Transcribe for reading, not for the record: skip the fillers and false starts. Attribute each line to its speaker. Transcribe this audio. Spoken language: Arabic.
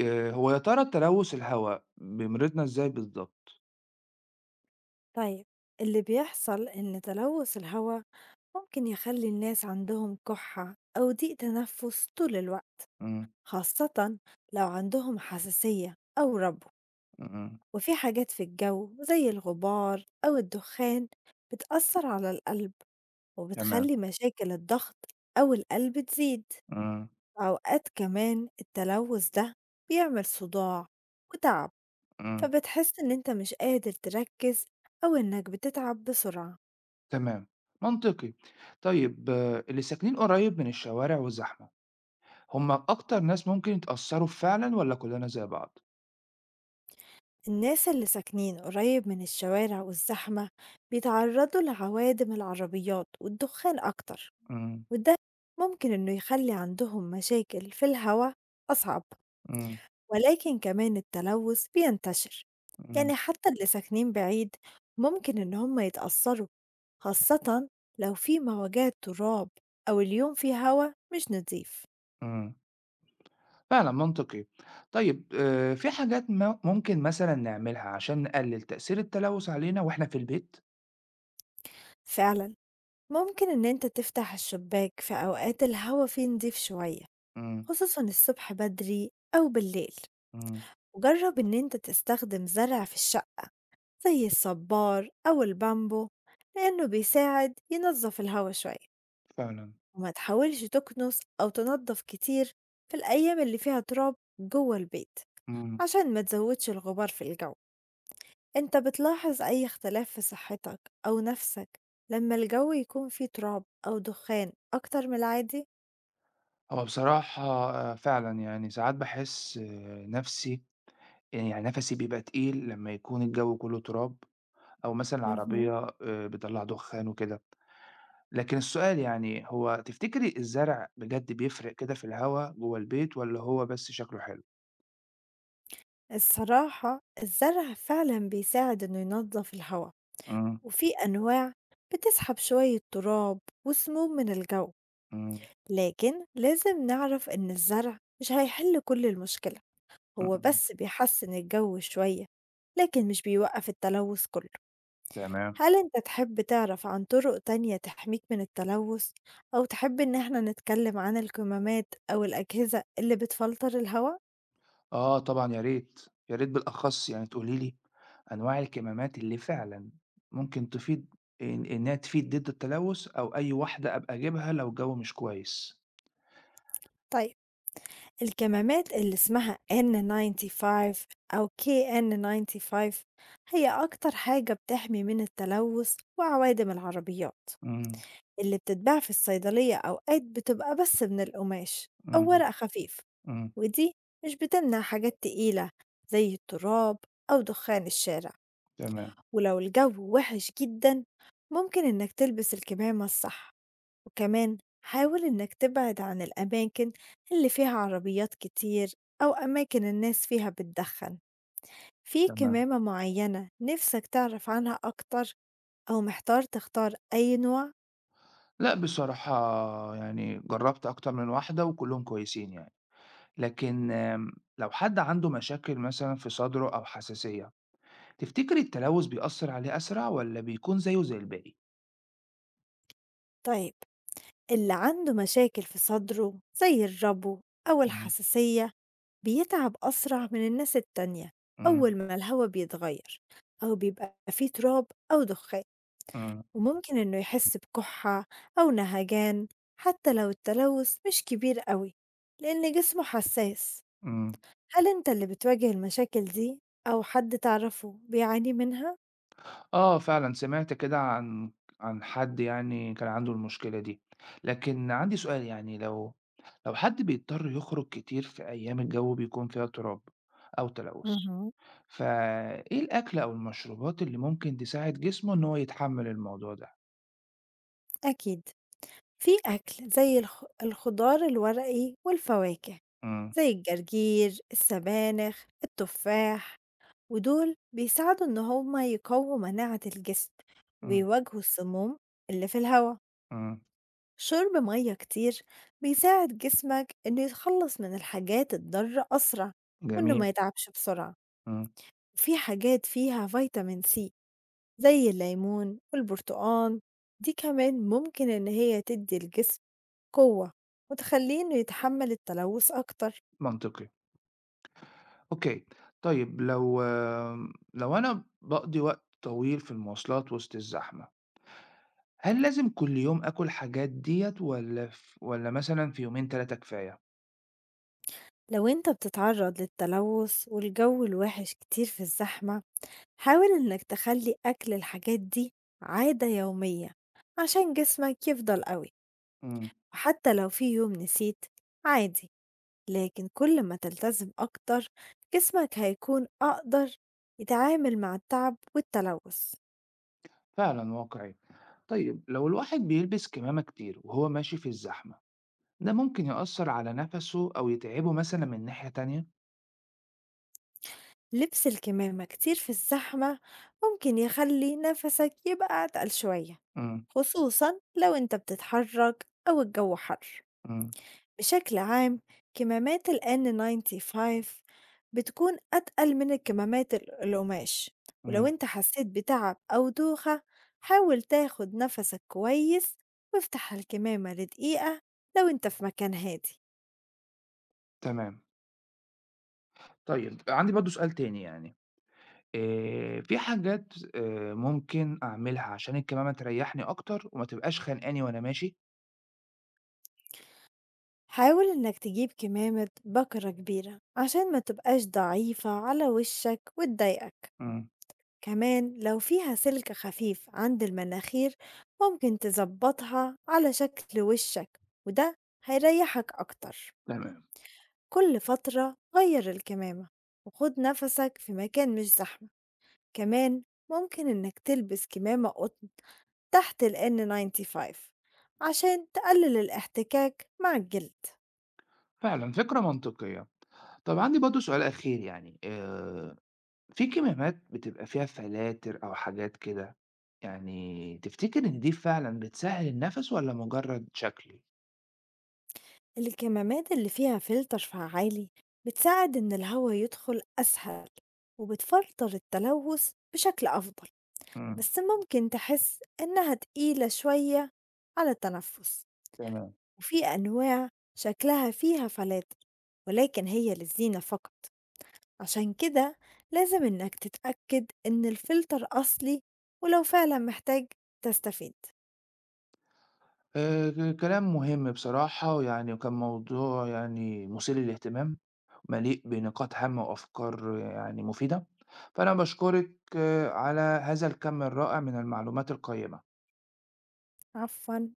Speaker 1: هو يا ترى تلوث الهوا بيمرضنا إزاي بالضبط؟
Speaker 2: طيب، اللي بيحصل إن تلوث الهواء ممكن يخلي الناس عندهم كحة أو ضيق تنفس طول الوقت،
Speaker 1: إمم،
Speaker 2: خاصة لو عندهم حساسية أو ربو.
Speaker 1: إمم،
Speaker 2: وفي حاجات في الجو زي الغبار أو الدخان بتأثر على القلب
Speaker 1: تمام،
Speaker 2: وبتخلي مشاكل الضغط أو القلب تزيد.
Speaker 1: إمم،
Speaker 2: أوقات كمان التلوث ده بيعمل صداع وتعب،
Speaker 1: إمم،
Speaker 2: فبتحس إن أنت مش قادر تركز أو إنك بتتعب بسرعة.
Speaker 1: تمام، منطقي. طيب آه، اللي ساكنين قريب من الشوارع والزحمة، هم أكتر ناس ممكن يتأثّروا فعلًا والّا كُلّنا زي بعض؟
Speaker 2: الناس اللي ساكنين قريب من الشوارع والزحمة بيتعرضوا لعوادم العربيات والدخان أكتر،
Speaker 1: إمم،
Speaker 2: وده ممكن إنه يخلي عندهم مشاكل في الهواء أصعب.
Speaker 1: إمم،
Speaker 2: ولكن كمان التلوث بينتشر،
Speaker 1: إمم،
Speaker 2: يعني حتى اللي ساكنين بعيد ممكن إن هم يتأثروا، خاصة لو في مواجهة تراب أو اليوم في هوا مش نضيف.
Speaker 1: إمم، فعلًا منطقي. طيب في حاجات ممكن مثلًا نعملها عشان نقلّل تأثير التلوث علينا وإحنا في البيت؟
Speaker 2: فعلا ممكن إن أنت تفتح الشباك في أوقات الهوا فيه نضيف شوية،
Speaker 1: إمم،
Speaker 2: خصوصًا الصبح بدري أو بالليل،
Speaker 1: إمم،
Speaker 2: وجرّب إن أنت تستخدم زرع في الشقة زي الصبار أو البامبو لإنه بيساعد ينظّف الهوا شوية،
Speaker 1: فعلًا،
Speaker 2: وما تحاولش تكنس أو تنضّف كتير في الأيام اللي فيها تراب جوّه البيت
Speaker 1: إمم.
Speaker 2: عشان ما تزوّدش الغبار في الجو. أنت بتلاحظ أي اختلاف في صحتك أو نَفْسك لمّا الجو يكون فيه تراب أو دخان أكتر من العادي؟
Speaker 1: هو بصراحة آه، فعلًا يعني ساعات باحس نَفْسي يعني نَفَسي بيبقى تقيل لمّا يكون الجو كُلّه تراب أو مثلًا
Speaker 2: اهم.
Speaker 1: العربية بتطلّع دخان وكده، لكن السؤال يعني هو تفتكري الزرع بجد بيفرق كده في الهوا جوّه البيت والّا هو بس شكله حلو؟
Speaker 2: الصراحة الزرع فعلًا بيساعد إنه ينضّف الهوا.
Speaker 1: إمم،
Speaker 2: وفي أنواع بتسحب شوية تراب وسموم من الجو،
Speaker 1: إمم،
Speaker 2: لكن لازم نعرف إن الزرع مش هيحل كل المشكلة،
Speaker 1: إمم،
Speaker 2: هو
Speaker 1: إمم،
Speaker 2: بس بيحسن الجو شوية، لكن مش بيوقف التلوث كله.
Speaker 1: تمام.
Speaker 2: هل أنت تحب تعرف عن طرق تانية تحميك من التلوث، أو تحب إن احنا نتكلم عن الكمامات أو الأجهزة اللي بتفلتر الهواء؟
Speaker 1: آه طبعًا يا ريت، يا ريت بالأخص يعني تقولي لي أنواع الكمامات اللي فعلًا ممكن تفيد إنها تفيد ضد التلوث أو أي واحدة أبقى أجيبها لو الجو مش كويس.
Speaker 2: طيب، الكمامات اللي اسمها N95 أو KN95 هي أكتر حاجة بتحمي من التلوث وعوادم العربيات.
Speaker 1: إمم،
Speaker 2: اللي بتتباع في الصيدلية أوقات بتبقى بس من القماش أو
Speaker 1: إمم،
Speaker 2: ورق خفيف،
Speaker 1: إمم،
Speaker 2: ودي مش بتمنع حاجات تقيلة زي التراب أو دخان الشارع.
Speaker 1: تمام،
Speaker 2: ولو الجو وحش جدا، ممكن إنك تلبس الكمامة الصح، وكمان حاول إنك تبعد عن الأماكن اللي فيها عربيات كتير أو أماكن الناس فيها بتدخن. في
Speaker 1: تمام.
Speaker 2: كمامة معينة نفسك تعرف عنها أكتر أو محتار تختار أي نوع؟
Speaker 1: لأ بصراحة يعني جرّبت أكتر من واحدة وكلّهم كويسين يعني، لكن لو حد عنده مشاكل مثلًا في صدره أو حساسية، تفتكري التلوث بيأثّر عليه أسرع والّا بيكون زيه زي الباقي؟
Speaker 2: طيب، اللي عنده مشاكل في صدره زي الربو أو
Speaker 1: إمم،
Speaker 2: الحساسية بيتعب أسرع من الناس التانية
Speaker 1: إمم،
Speaker 2: أول ما الهوا بيتغير أو بيبقى فيه تراب أو دخان،
Speaker 1: إمم،
Speaker 2: وممكن إنه يحس بكحة أو نهجان حتى لو التلوث مش كبير قوي، لأن جسمه حساس.
Speaker 1: إمم.
Speaker 2: هل أنت اللي بتواجه المشاكل دي أو حد تعرفه بيعاني منها؟
Speaker 1: آه فعلًا سمعت كده عن حد يعني كان عنده المشكلة دي، لكن عندي سؤال يعني لو حد بيضطر يخرج كتير في أيام الجو بيكون فيها تراب أو تلوث،
Speaker 2: مهم.
Speaker 1: فإيه الأكل أو المشروبات اللي ممكن تساعد جسمه إن هو يتحمل الموضوع ده؟
Speaker 2: أكيد في أكل زي الخضار الورقي والفواكه
Speaker 1: إمم،
Speaker 2: زي الجرجير السبانخ التفاح، ودول بيساعدوا إن هما يقووا مناعة الجسم
Speaker 1: إمم،
Speaker 2: وبيواجهوا السموم اللي في الهواء.
Speaker 1: إمم،
Speaker 2: شرب مية كتير بيساعد جسمك إنه يتخلص من الحاجات الضارة أسرع وإنه
Speaker 1: جميل،
Speaker 2: ما يتعبش بسرعة.
Speaker 1: إمم،
Speaker 2: وفي حاجات فيها فيتامين سي زي الليمون والبرتقال، دي كمان ممكن إن هي تدي الجسم قوة وتخليه إنه يتحمل التلوث أكتر.
Speaker 1: منطقي، أوكي، طيب لو لو أنا باقضي وقت طويل في المواصلات وسط الزحمة هل لازم كل يوم آكل حاجات ديّة والّا مثلًا في يومين 3 كفاية؟
Speaker 2: لو أنت بتتعرض للتلوث والجو الوحش كتير في الزحمة، حاول إنك تخلي أكل الحاجات دي عادة يومية عشان جسمك يفضل قوي.
Speaker 1: إمم،
Speaker 2: وحتى لو في يوم نسيت، عادي، لكن كل ما تلتزم أكتر، جسمك هيكون أقدر يتعامل مع التعب والتلوث.
Speaker 1: فعلًا واقعي. طيب لو الواحد بيلبس كمامة كتير وهو ماشي في الزحمة، ده ممكن يأثّر على نَفَسه أو يتعبه مثلًا من ناحية تانية؟
Speaker 2: لبس الكمامة كتير في الزحمة ممكن يخلي نفسك يبقى أتقل شوية،
Speaker 1: إمم،
Speaker 2: خصوصا لو انت بتتحرك أو الجو حر.
Speaker 1: إمم،
Speaker 2: بشكل عام كمامات ال N95 بتكون أتقل من الكمامات القماش، ولو
Speaker 1: إمم،
Speaker 2: انت حسيت بتعب أو دوخة حاول تاخد نفسك كويس وافتح الكمامة لدقيقة لو انت في مكان هادي.
Speaker 1: تمام. طيب عندي برضه سؤال تاني يعني، في حاجات ممكن أعملها عشان الكمامة تريّحني أكتر وما تبقاش خانقاني وأنا ماشي؟
Speaker 2: حاول انك تجيب كمامة بكرة كبيرة عشان ما تبقاش ضعيفة على وشك وتضايقك.
Speaker 1: إمم،
Speaker 2: كمان لو فيها سلك خفيف عند المناخير ممكن تظبطها على شكل وشك، وده هيريحك أكتر.
Speaker 1: تمام.
Speaker 2: كل فترة غير الكمامة وخد نفسك في مكان مش زحمة. كمان ممكن إنك تلبس كمامة قطن تحت ال N95 عشان تقلل الاحتكاك مع الجلد.
Speaker 1: فعلًا فكرة منطقية. طب عندي برضه سؤال أخير يعني، في كمامات بتبقى فيها فلاتر أو حاجات كده، يعني تفتكر إن دي فعلًا بتسهّل النَفَس والّا مجرّد شكل؟
Speaker 2: الكمامات اللي فيها فلتر فعالي بتساعد إن الهواء يدخل أسهل وبتفلتر التلوث بشكل أفضل،
Speaker 1: إمم،
Speaker 2: بس ممكن تحس إنها تقيلة شوية على التنفس.
Speaker 1: تمام.
Speaker 2: وفي أنواع شكلها فيها فلاتر ولكن هي للزينة فقط، عشان كده لازم إنك تتأكد إن الفلتر أصلي ولو فعلا محتاج تستفيد.
Speaker 1: كلام مهم بصراحة ويعني وكان موضوع يعني مُثير للاهتمام، مليء بنقاط هامة وأفكار يعني مفيدة، فأنا باشكرِك على هذا الكَم الرائع من المعلومات القيّمة.
Speaker 2: عفواً.